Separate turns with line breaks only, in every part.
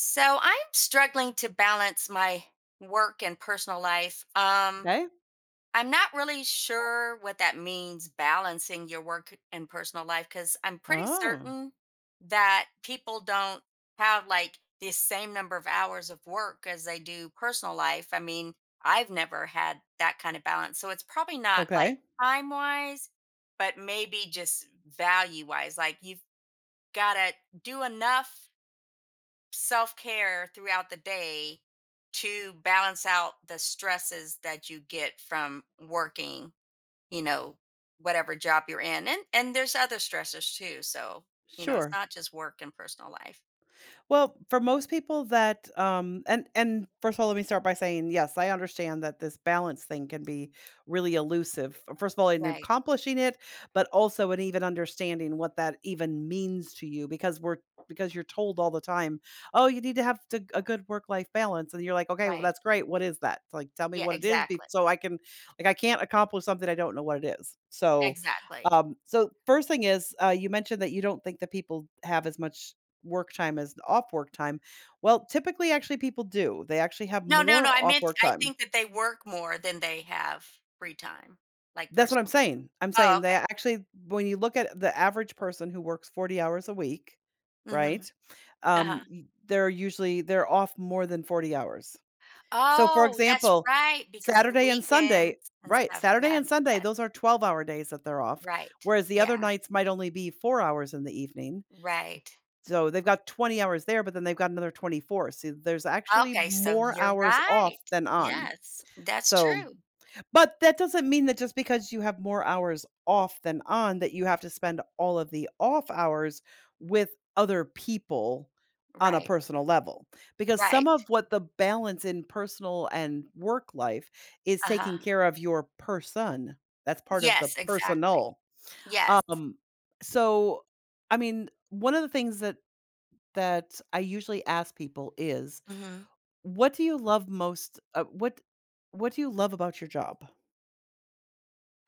So I'm struggling to balance my work and personal life.
Okay.
I'm not really sure what that means, balancing your work and personal life, because I'm pretty
Oh,
certain that people don't have like the same number of hours of work as they do personal life. I mean, I've never had that kind of balance. So it's probably not like
okay.
time wise, but maybe just value wise. Like you've got to do enough self care throughout the day to balance out the stresses that you get from working, you know, whatever job you're in. And there's other stressors too. So, it's
Sure.
not just work and personal life.
Well, for most people that and first of all, let me start by saying, yes, I understand that this balance thing can be really elusive. First of all, in
Right.
accomplishing it, but also in even understanding what that even means to you because we're because you're told all the time, "Oh, you need to a good work-life balance." And you're like, "Okay, well
Right.
that's great. What is that?" Like, "Tell me
Yeah,
what it is, be-
exactly.
so I can like, I can't accomplish something I don't know what it is." So,
Exactly.
so first thing is, you mentioned that you don't think that people have as much work time as off work time. Well, typically, actually, people do. They actually have
No, no, no.
more
I
off
meant
work
I
time.
think that they work more than they have free time, like
That's what I'm
personal.
saying. I'm
Oh,
saying they
okay.
actually, when you look at the average person who works 40 hours a week, right?
Mhm. Uh-huh.
They're usually they're off more than 40 hours. So, for
Oh, that's
example,
right because of the
Saturday and
weekends
Sunday,
and
right?
stuff.
Saturday
Yes.
and Sunday,
Yes.
those are 12-hour days that they're off,
Right.
whereas the other
Yeah.
nights might only be 4 hours in the evening.
Right.
So they've got 20 hours there, but then they've got another 24. So there's actually
Okay, so
more
you're
hours off
right.
than on.
Yes, that's
So,
true.
but that doesn't mean that just because you have more hours off than on, that you have to spend all of the off hours with other people on a
Right.
personal level. Because some of
Right.
what the balance in personal and work life is taking
Uh-huh.
care of your person. That's part of the
Yes, Exactly.
personal.
yes.
Um, so, I mean, one of the things that I usually ask people is,
Mhm.
"What do you love most? What do you love about your job?"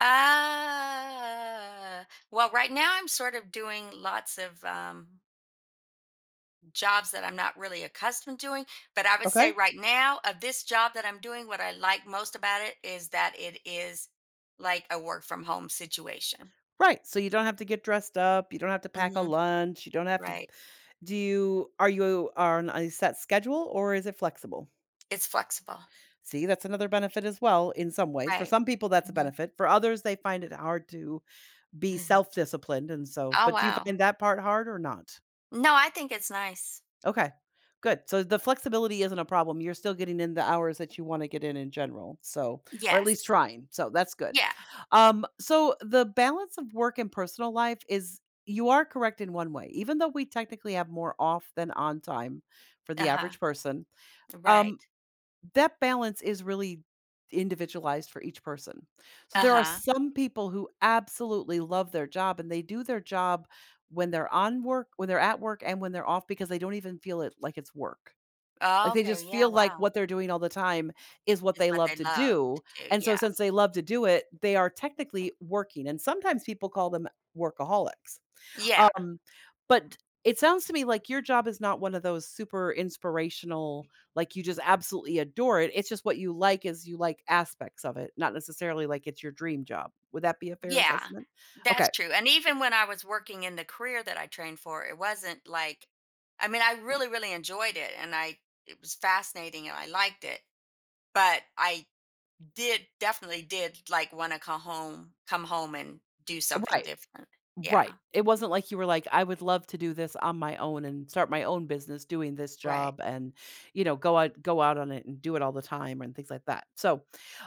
Uh, well, right now I'm sort of doing lots of jobs that I'm not really accustomed doing, but I would say
Okay,
right now of this job that I'm doing, what I like most about it is that it is like a work from home situation.
right. So you don't have to get dressed up. You don't have to pack a
Mhm.
lunch. You don't have to.
Right.
Do you Are you on a set schedule or is it flexible?
It's flexible.
See, that's another benefit as well. In some ways, for
Right.
some people that's a benefit. For others, they find it hard to be
Mhm.
self disciplined, and so.
Oh,
But do you
wow.
find that part hard or not?
No, I think it's nice.
Okay, good. So the flexibility isn't a problem. You're still getting in the hours that you want to get in general. So, or at least
Yes.
trying. So that's good.
Yeah.
So the balance of work and personal life is you are correct in one way. Even though we technically have more off than on time for the
Uh-huh.
average person, um,
Right.
that balance is really individualized for each person. So there are
Uh-huh.
some people who absolutely love their job and they do their job when they're on work, when they're at work and when they're off because they don't even feel it like it's work. Like
Oh,
they
okay.
just
Yeah,
feel like
wow.
what they're doing all the time is what
Is
they
what they
love to
love
do.
to do.
And so
Yeah.
since they love to do it, they are technically working. And sometimes people call them workaholics,
Yeah.
um, but it sounds to me like your job is not one of those super inspirational, like, you just absolutely adore it. It's just what you like is you like aspects of it, not necessarily like it's your dream job. Would that be a fair
Yeah.
assessment?
That's
Okay.
true. And even when I was working in the career that I trained for, it wasn't like I mean, I really, really enjoyed it and I it was fascinating and I liked it. But I did definitely did like want to come home and do something
Right.
different. Yeah.
Right. It wasn't like you were like, "I would love to do this on my own and start my own business doing this
Right.
job and, you know, go out on it and do it all the time," and things like that. So,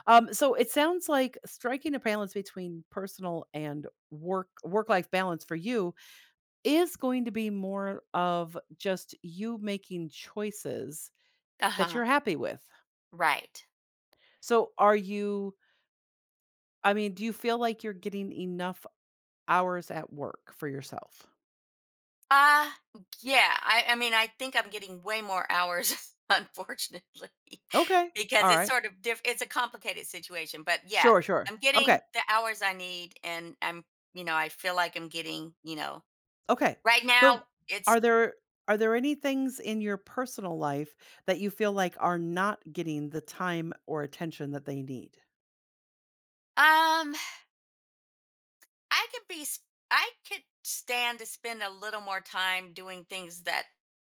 so it sounds like striking a balance between personal and work work-life balance for you is going to be more of just you making choices that
Uh-huh.
you're happy with.
Right.
So are you I mean, do you feel like you're getting enough hours at work for yourself?
Uh yeah. I mean I think I'm getting way more hours, unfortunately.
Okay. All
Because it's
right.
sort of diff it's a complicated situation. But yeah,
Sure, sure.
I'm getting
Okay.
the hours I need and I'm I feel like I'm getting
Okay.
right
So
now it's
are there are there any things in your personal life that you feel like are not getting the time or attention that they need?
um I could be, s- I could stand to spend a little more time doing things that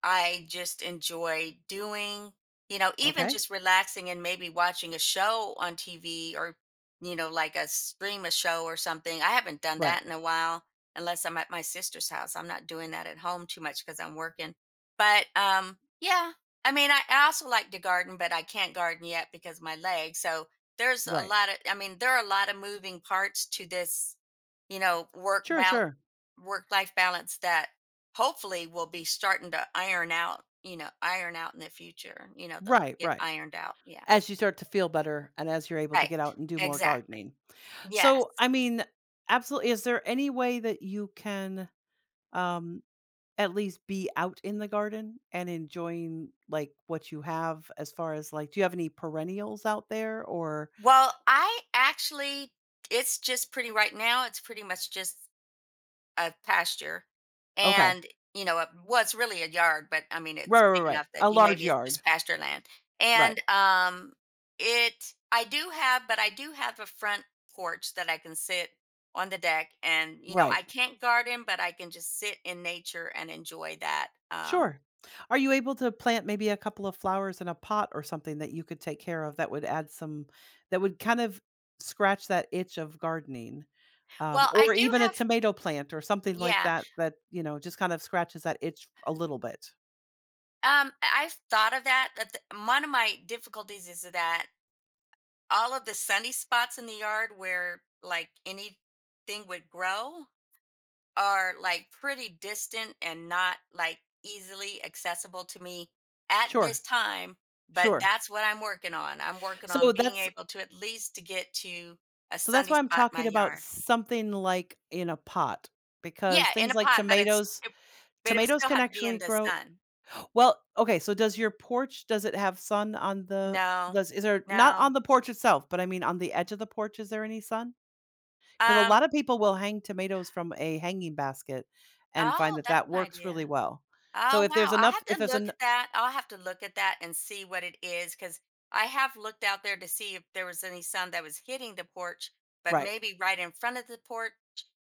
I just enjoy doing. Even
Okay?
just relaxing and maybe watching a show on TV or, you know, like a stream a show or something. I haven't done
Right.
that in a while, unless I'm at my sister's house. I'm not doing that at home too much because I'm working. But yeah, I mean, I also like to garden, but I can't garden yet because my leg. So there's a
Right.
lot of, I mean, there are a lot of moving parts to this you know, work
Sure,
bal-
sure.
work life balance that hopefully will be starting to iron out in the future. They'll
Right,
get
right.
ironed out. Yeah.
As you start to feel better and as you're able to
Right.
get out and do more
Exactly.
gardening.
Yes.
So, I mean, absolutely, is there any way that you can, um, at least be out in the garden and enjoying, like, what you have as far as, like, do you have any perennials out there or
Well, I actually it's just pretty right now, it's pretty much just a pasture
Okay.
and well, it's really a yard, but I mean,
Right,
it's
right, right,
big
right.
enough
A
that you
large
maybe it's
yard.
just pasture land.
Right.
And it, I do have, but I do have a front porch that I can sit on the deck and
Right.
I can't garden, but I can just sit in nature and enjoy that.
Sure. Are you able to plant maybe a couple of flowers in a pot or something that you could take care of that would add some that would kind of scratch that itch of gardening?
Well, I
Or
do
even a
have,
tomato plant or something like
yeah.
that that, you know, just kind of scratches that itch a little bit.
I've thought of that. One of my difficulties is that all of the sunny spots in the yard where like anything would grow are like pretty distant and not like easily accessible to me at this
Sure,
time, but
sure.
that's what i'm working on i'm working
So
on being
that's
able to at least to get to a
so that's
sunny
why I'm
spot in my
talking about
yard.
something like in a pot because
Yeah, in
things
a
like
pot, but
tomatoes
but it would still
can
have to be in
actually
the
grow.
sun.
Well, okay, so does your porch does it have sun on the
No,
does is there, not on
no.
the porch itself, but I mean on the edge of the porch, is there any sun? Because a
um
lot of people will hang tomatoes from a hanging basket and find
oh,
that
that's
that
an
works really
idea.
well. So
Oh,
if there's
wow. I'll
enough
have
if
to
there's
look
an
at that. I'll have to look at that and see what it is because I have looked out there to see if there was any sun that was hitting the porch, but
Right,
maybe right in front of the porch,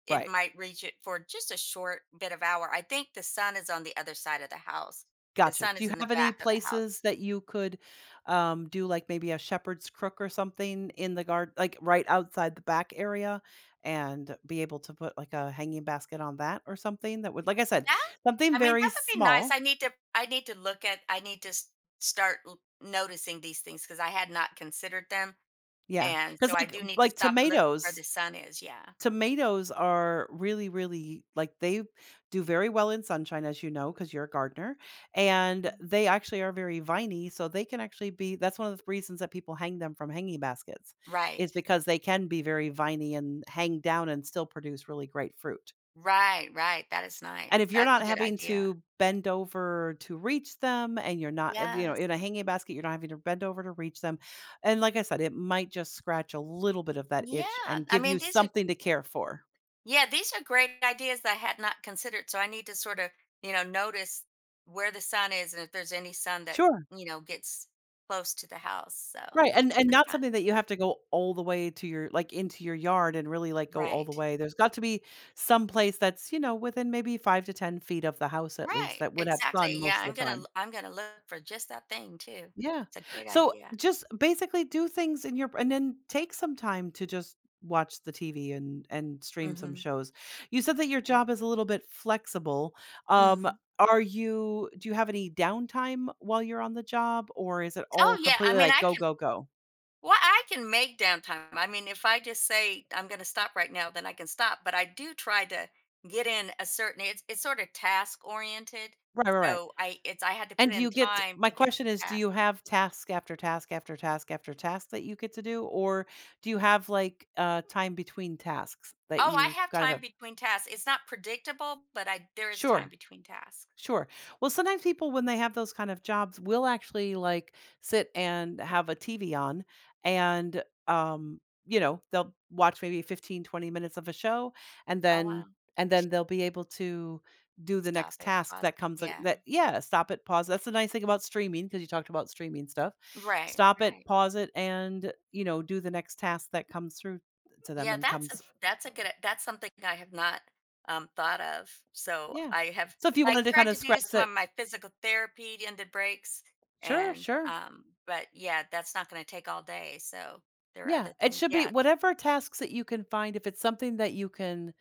it
right.
might reach it for just a short bit of hour. I think the sun is on the other side of the house. The
Gotcha.
sun
Do
is
you
in the
have any
back of the
places
house.
that you could, do, like, maybe a shepherd's crook or something in the garden, like, right outside the back area and be able to put, like, a hanging basket on that or something that would, like I said,
That,
something
I mean,
very
that would be nice.
small.
I need to start noticing these things because I had not considered them.
Yeah,
And
because
so I do need to stop and look where the sun is. Yeah.
tomatoes are really, really, like, they do very well in sunshine, as you know, because 'cause you're a gardener, and they actually are very viney, so they can actually be that's one of the reasons that people hang them from hanging baskets,
Right.
is because they can be very viney and hang down and still produce really great fruit.
Right, right, that is nice.
And if you're
That's
not
a good
having
idea.
to bend over to reach them and you're not if, you know,
Yes.
in a hanging basket, you're not having to bend over to reach them, and, like I said, it might just scratch a little bit of that itch
Yeah,
and
I
give you
mean, these are
something to care for.
yeah, these are great ideas that I had not considered, so I need to sort of, you know, notice where the sun is and if there's any sun that,
Sure.
you know, gets close to the house, so
Right,
in
and
the
not
front.
something that you have to go all the way to your, like, into your yard and really, like, go all the
Right.
way. There's got to be some place that's, you know, within maybe 5 to 10 feet of the house at least
Right,
that would have sun
exactly. Yeah,
most of
I'm
the
gonna
time.
i I'm gonna look for just that thing too.
Yeah.
It's a great
So,
idea.
just basically do things in your and then take some time to just watch the TV and stream some
Hmm.
shows. You said that your
Right.
job is a little bit flexible. Um,
Hmm.
are you do you have any downtime while you're on the job, or is it all
Oh yeah, I
completely,
mean,
like,
I
go,
can.
go, go?
Well, I can make downtime. I mean, if I just say I'm going to stop right now, then I can stop. But I do try to get in a certain. It's sort of task oriented.
Right, right, right.
So I had to
And
put
do
in
you get
time
my
to get the
question is, do
task.
you have task after task after task after task that you get to do, or do you have, like, time between tasks that
Oh, I
you
have
kind of
time
have
between tasks. It's not predictable, but I there is time
Sure.
between tasks.
Sure. Well, sometimes people, when they have those kind of jobs, will actually, like, sit and have a TV on and, you know, they'll watch maybe 15, 20 minutes of a show and
Oh,
then,
wow.
and then they'll be able to do the
Stop
next
it.
task
Pause
that
it.
comes
Yeah.
that, yeah, stop it, pause. That's the nice thing about streaming because you talked about streaming stuff.
Right.
Stop it,
Right.
pause it, and, you know, do the next task that comes through to them
Yeah,
and comes,
that's a good that's something I have not thought of. So
yeah.
I have
So if you
like
wanted to kind
tried
of
to do
scratch that,
some of my physical therapy in the breaks
sure,
and
sure.
but yeah, that's not going to take all day. So there are
Yeah,
other
it
things.
should be
Yeah.
whatever tasks that you can find, if it's something that you can,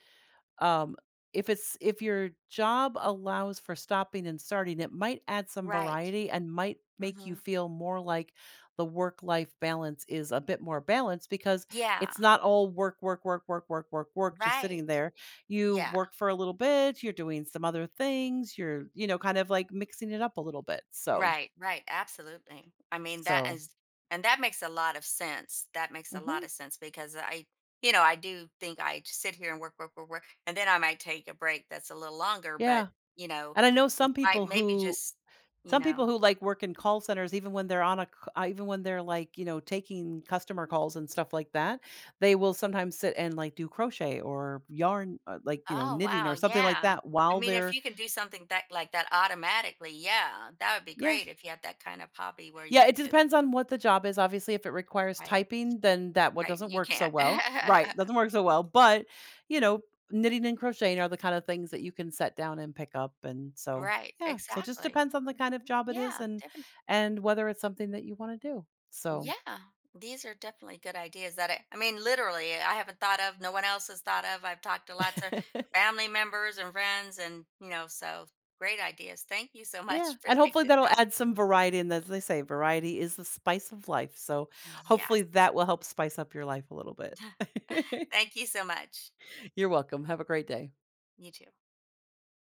um, if it's if your job allows for stopping and starting, it might add some
Right.
variety and might make you
Mhm.
feel more like the work life balance is a bit more balanced because
Yeah.
it's not all work, work, work, work, work, work, work, just
Right.
sitting there. You
Yeah.
work for a little bit, you're doing some other things, you're, you know, kind of like mixing it up a little bit. So,
Right, right, absolutely. I mean,
so,
and that makes a lot of sense. That makes a lot
mhm,
of sense because I do think I sit here and work, work, work, work, and then I might take a break that's a little longer, but,
yeah.
you know,
And I know some
might
people
maybe
who
just, you
Some
know,
people who, like, work in call centers, even when they're on a c even when they're, like, you know, taking customer calls and stuff like that, they will sometimes sit and, like, do crochet or yarn, like, you know,
oh,
knitting or
wow,
something like
yeah.
that
I
while
mean, if
they're
you can do something that like that automatically, yeah, that would be
Yeah.
great if you had that kind of hobby where you
Yeah, it
could just,
depends on what the job is, obviously, if it requires
right,
typing, then that one
right,
doesn't
you
work so
can't.
well. Right, doesn't work so well, but, you know, knitting and crocheting are the kind of things that you can set down and pick up, and so
Right,
yeah, so it just
exactly.
depends on the kind of job it is
Yeah, definitely.
and whether it's something that you wanna do, so
Yeah, these are definitely good ideas that I mean, literally, I haven't thought of, no one else has thought of. I've talked to lots of family members and friends, and, you know, so great ideas. Thank you so
Yeah,
much for
and
taking
hopefully
the
that'll
time.
add some variety, and as they say, variety is the spice of life, so hopefully
Yes.
that will help spice up your life a little bit.
Thank you so much.
You're welcome, have a great day.
You too.